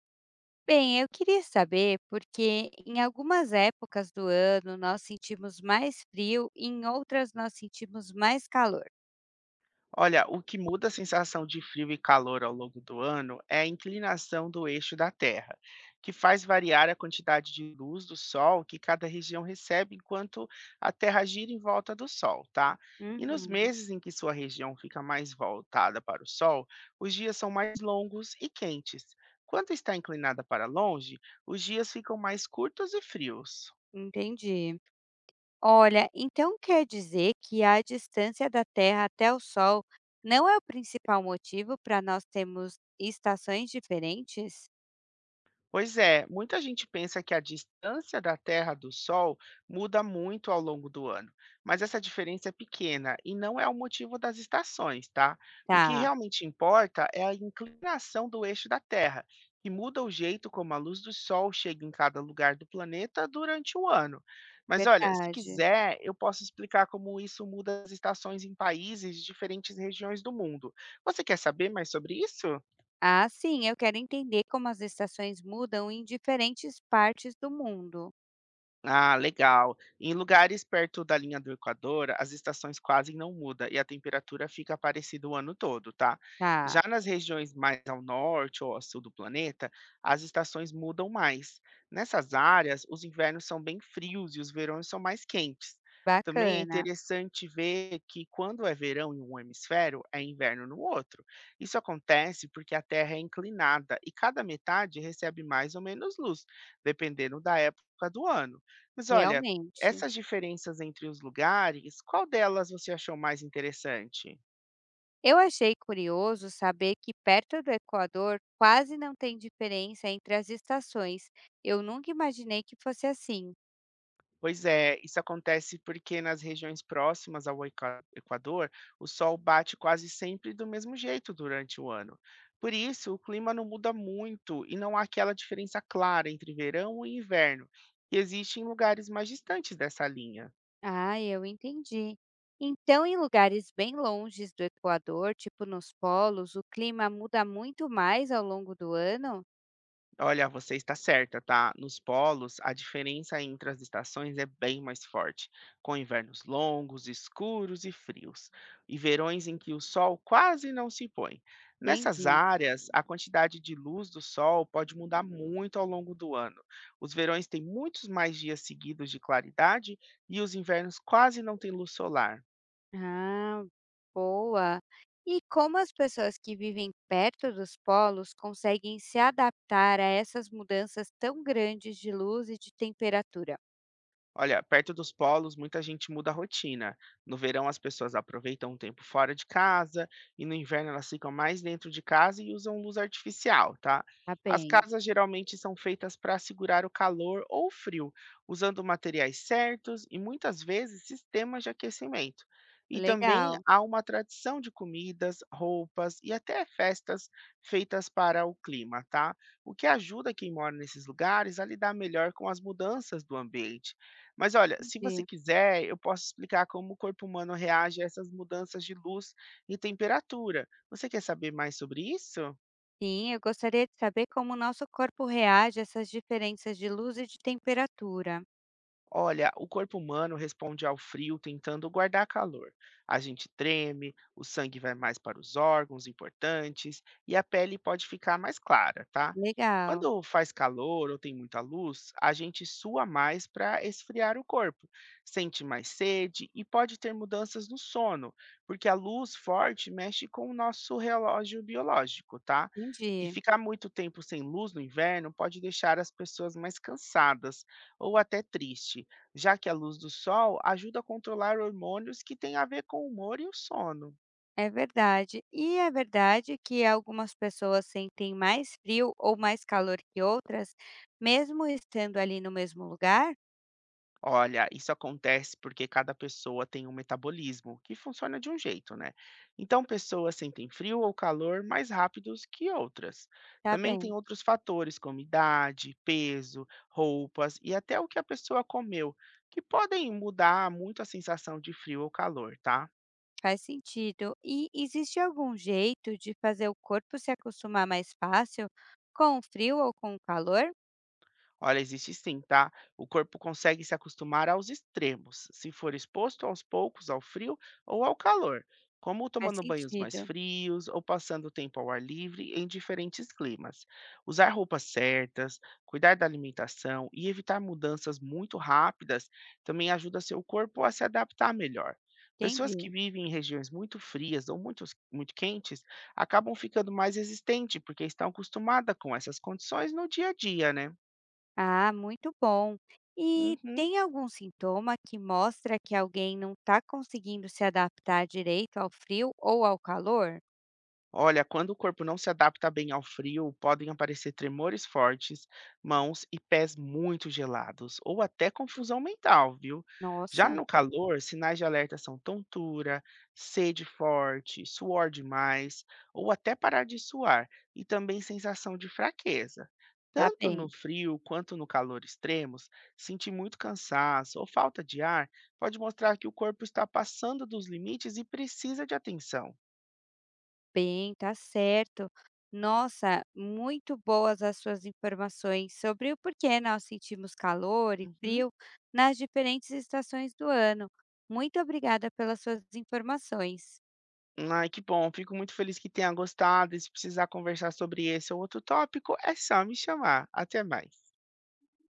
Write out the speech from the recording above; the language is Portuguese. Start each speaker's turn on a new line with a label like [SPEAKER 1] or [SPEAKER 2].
[SPEAKER 1] Bem, eu queria saber porque em algumas épocas do ano nós sentimos mais frio e em outras nós sentimos mais calor.
[SPEAKER 2] Olha, o que muda a sensação de frio e calor ao longo do ano é a inclinação do eixo da Terra, que faz variar a quantidade de luz do Sol que cada região recebe enquanto a Terra gira em volta do Sol, tá? E nos
[SPEAKER 1] Uhum.
[SPEAKER 2] meses em que sua região fica mais voltada para o Sol, os dias são mais longos e quentes. Quando está inclinada para longe, os dias ficam mais curtos e frios.
[SPEAKER 1] Entendi. Olha, então quer dizer que a distância da Terra até o Sol não é o principal motivo para nós termos estações diferentes?
[SPEAKER 2] Pois é, muita gente pensa que a distância da Terra do Sol muda muito ao longo do ano, mas essa diferença é pequena e não é o motivo das estações, tá? O que
[SPEAKER 1] Tá,
[SPEAKER 2] realmente importa é a inclinação do eixo da Terra, que muda o jeito como a luz do Sol chega em cada lugar do planeta durante o ano. Mas olha, se
[SPEAKER 1] verdade.
[SPEAKER 2] quiser, eu posso explicar como isso muda as estações em países de diferentes regiões do mundo. Você quer saber mais sobre isso?
[SPEAKER 1] Ah, sim, eu quero entender como as estações mudam em diferentes partes do mundo.
[SPEAKER 2] Ah, legal. Em lugares perto da linha do Equador, as estações quase não mudam e a temperatura fica parecida o ano todo, tá?
[SPEAKER 1] Tá,
[SPEAKER 2] Já nas regiões mais ao norte ou ao sul do planeta, as estações mudam mais. Nessas áreas, os invernos são bem frios e os verões são mais quentes. Também é
[SPEAKER 1] bacana,
[SPEAKER 2] interessante ver que quando é verão em um hemisfério, é inverno no outro. Isso acontece porque a Terra é inclinada e cada metade recebe mais ou menos luz, dependendo da época do ano. Mas olha,
[SPEAKER 1] realmente.
[SPEAKER 2] essas diferenças entre os lugares, qual delas você achou mais interessante?
[SPEAKER 1] Eu achei curioso saber que perto do Equador quase não tem diferença entre as estações. Eu nunca imaginei que fosse assim.
[SPEAKER 2] Pois é, isso acontece porque nas regiões próximas ao Equador, o sol bate quase sempre do mesmo jeito durante o ano. Por isso, o clima não muda muito e não há aquela diferença clara entre verão e inverno, que existe em lugares mais distantes dessa linha.
[SPEAKER 1] Ah, eu entendi. Então, em lugares bem longes do Equador, tipo nos polos, o clima muda muito mais ao longo do ano?
[SPEAKER 2] Olha, você está certa, tá? Nos polos, a diferença entre as estações é bem mais forte, com invernos longos, escuros e frios, e verões em que o sol quase não se põe. Nessas
[SPEAKER 1] Entendi.
[SPEAKER 2] áreas, a quantidade de luz do sol pode mudar muito ao longo do ano. Os verões têm muitos mais dias seguidos de claridade e os invernos quase não têm luz solar.
[SPEAKER 1] Ah, boa. E como as pessoas que vivem perto dos polos conseguem se adaptar a essas mudanças tão grandes de luz e de temperatura?
[SPEAKER 2] Olha, perto dos polos, muita gente muda a rotina. No verão, as pessoas aproveitam um tempo fora de casa, e no inverno, elas ficam mais dentro de casa e usam luz artificial, tá?
[SPEAKER 1] Tá
[SPEAKER 2] As
[SPEAKER 1] bem.
[SPEAKER 2] casas geralmente são feitas para segurar o calor ou o frio, usando materiais certos e muitas vezes sistemas de aquecimento. E também
[SPEAKER 1] Legal,
[SPEAKER 2] há uma tradição de comidas, roupas e até festas feitas para o clima, tá? O que ajuda quem mora nesses lugares a lidar melhor com as mudanças do ambiente. Mas olha, se você
[SPEAKER 1] entendi.
[SPEAKER 2] quiser, eu posso explicar como o corpo humano reage a essas mudanças de luz e temperatura. Você quer saber mais sobre isso?
[SPEAKER 1] Sim, eu gostaria de saber como o nosso corpo reage a essas diferenças de luz e de temperatura.
[SPEAKER 2] Olha, o corpo humano responde ao frio tentando guardar calor. A gente treme, o sangue vai mais para os órgãos importantes e a pele pode ficar mais clara, tá?
[SPEAKER 1] Legal,
[SPEAKER 2] Quando faz calor ou tem muita luz, a gente sua mais para esfriar o corpo, sente mais sede e pode ter mudanças no sono, porque a luz forte mexe com o nosso relógio biológico, tá? E
[SPEAKER 1] entendi.
[SPEAKER 2] ficar muito tempo sem luz no inverno pode deixar as pessoas mais cansadas ou até triste, já que a luz do sol ajuda a controlar hormônios que têm a ver com o humor e o sono.
[SPEAKER 1] É verdade. E é verdade que algumas pessoas sentem mais frio ou mais calor que outras, mesmo estando ali no mesmo lugar?
[SPEAKER 2] Olha, isso acontece porque cada pessoa tem um metabolismo que funciona de um jeito, né? Então, pessoas sentem frio ou calor mais rápidos que outras.
[SPEAKER 1] Tá
[SPEAKER 2] Também
[SPEAKER 1] bem,
[SPEAKER 2] tem outros fatores, como idade, peso, roupas e até o que a pessoa comeu, que podem mudar muito a sensação de frio ou calor, tá?
[SPEAKER 1] faz sentido. E existe algum jeito de fazer o corpo se acostumar mais fácil com o frio ou com o calor?
[SPEAKER 2] Olha, existe sim, tá? O corpo consegue se acostumar aos extremos, se for exposto aos poucos ao frio ou ao calor, como
[SPEAKER 1] Faz
[SPEAKER 2] tomando banhos mais
[SPEAKER 1] sentido.
[SPEAKER 2] frios ou passando tempo ao ar livre em diferentes climas. Usar roupas certas, cuidar da alimentação e evitar mudanças muito rápidas também ajuda seu corpo a se adaptar melhor. Pessoas que
[SPEAKER 1] Entendi.
[SPEAKER 2] vivem em regiões muito frias ou muito, muito quentes acabam ficando mais resistentes porque estão acostumadas com essas condições no dia a dia, né?
[SPEAKER 1] Ah, muito bom. E
[SPEAKER 2] Uhum.
[SPEAKER 1] tem algum sintoma que mostra que alguém não está conseguindo se adaptar direito ao frio ou ao calor?
[SPEAKER 2] Olha, quando o corpo não se adapta bem ao frio, podem aparecer tremores fortes, mãos e pés muito gelados, ou até confusão mental, viu? Já
[SPEAKER 1] Nossa,
[SPEAKER 2] no calor, sinais de alerta são tontura, sede forte, suor demais, ou até parar de suar, e também sensação de fraqueza.
[SPEAKER 1] tá
[SPEAKER 2] Tanto no
[SPEAKER 1] bem.
[SPEAKER 2] frio quanto no calor extremos, sentir muito cansaço ou falta de ar pode mostrar que o corpo está passando dos limites e precisa de atenção.
[SPEAKER 1] Tá certo. Nossa, muito boas as suas informações sobre o porquê nós sentimos calor e
[SPEAKER 2] Uhum.
[SPEAKER 1] frio nas diferentes estações do ano. Muito obrigada pelas suas informações.
[SPEAKER 2] Ai, que bom, fico muito feliz que tenha gostado e se precisar conversar sobre esse ou outro tópico, é só me chamar. Até mais.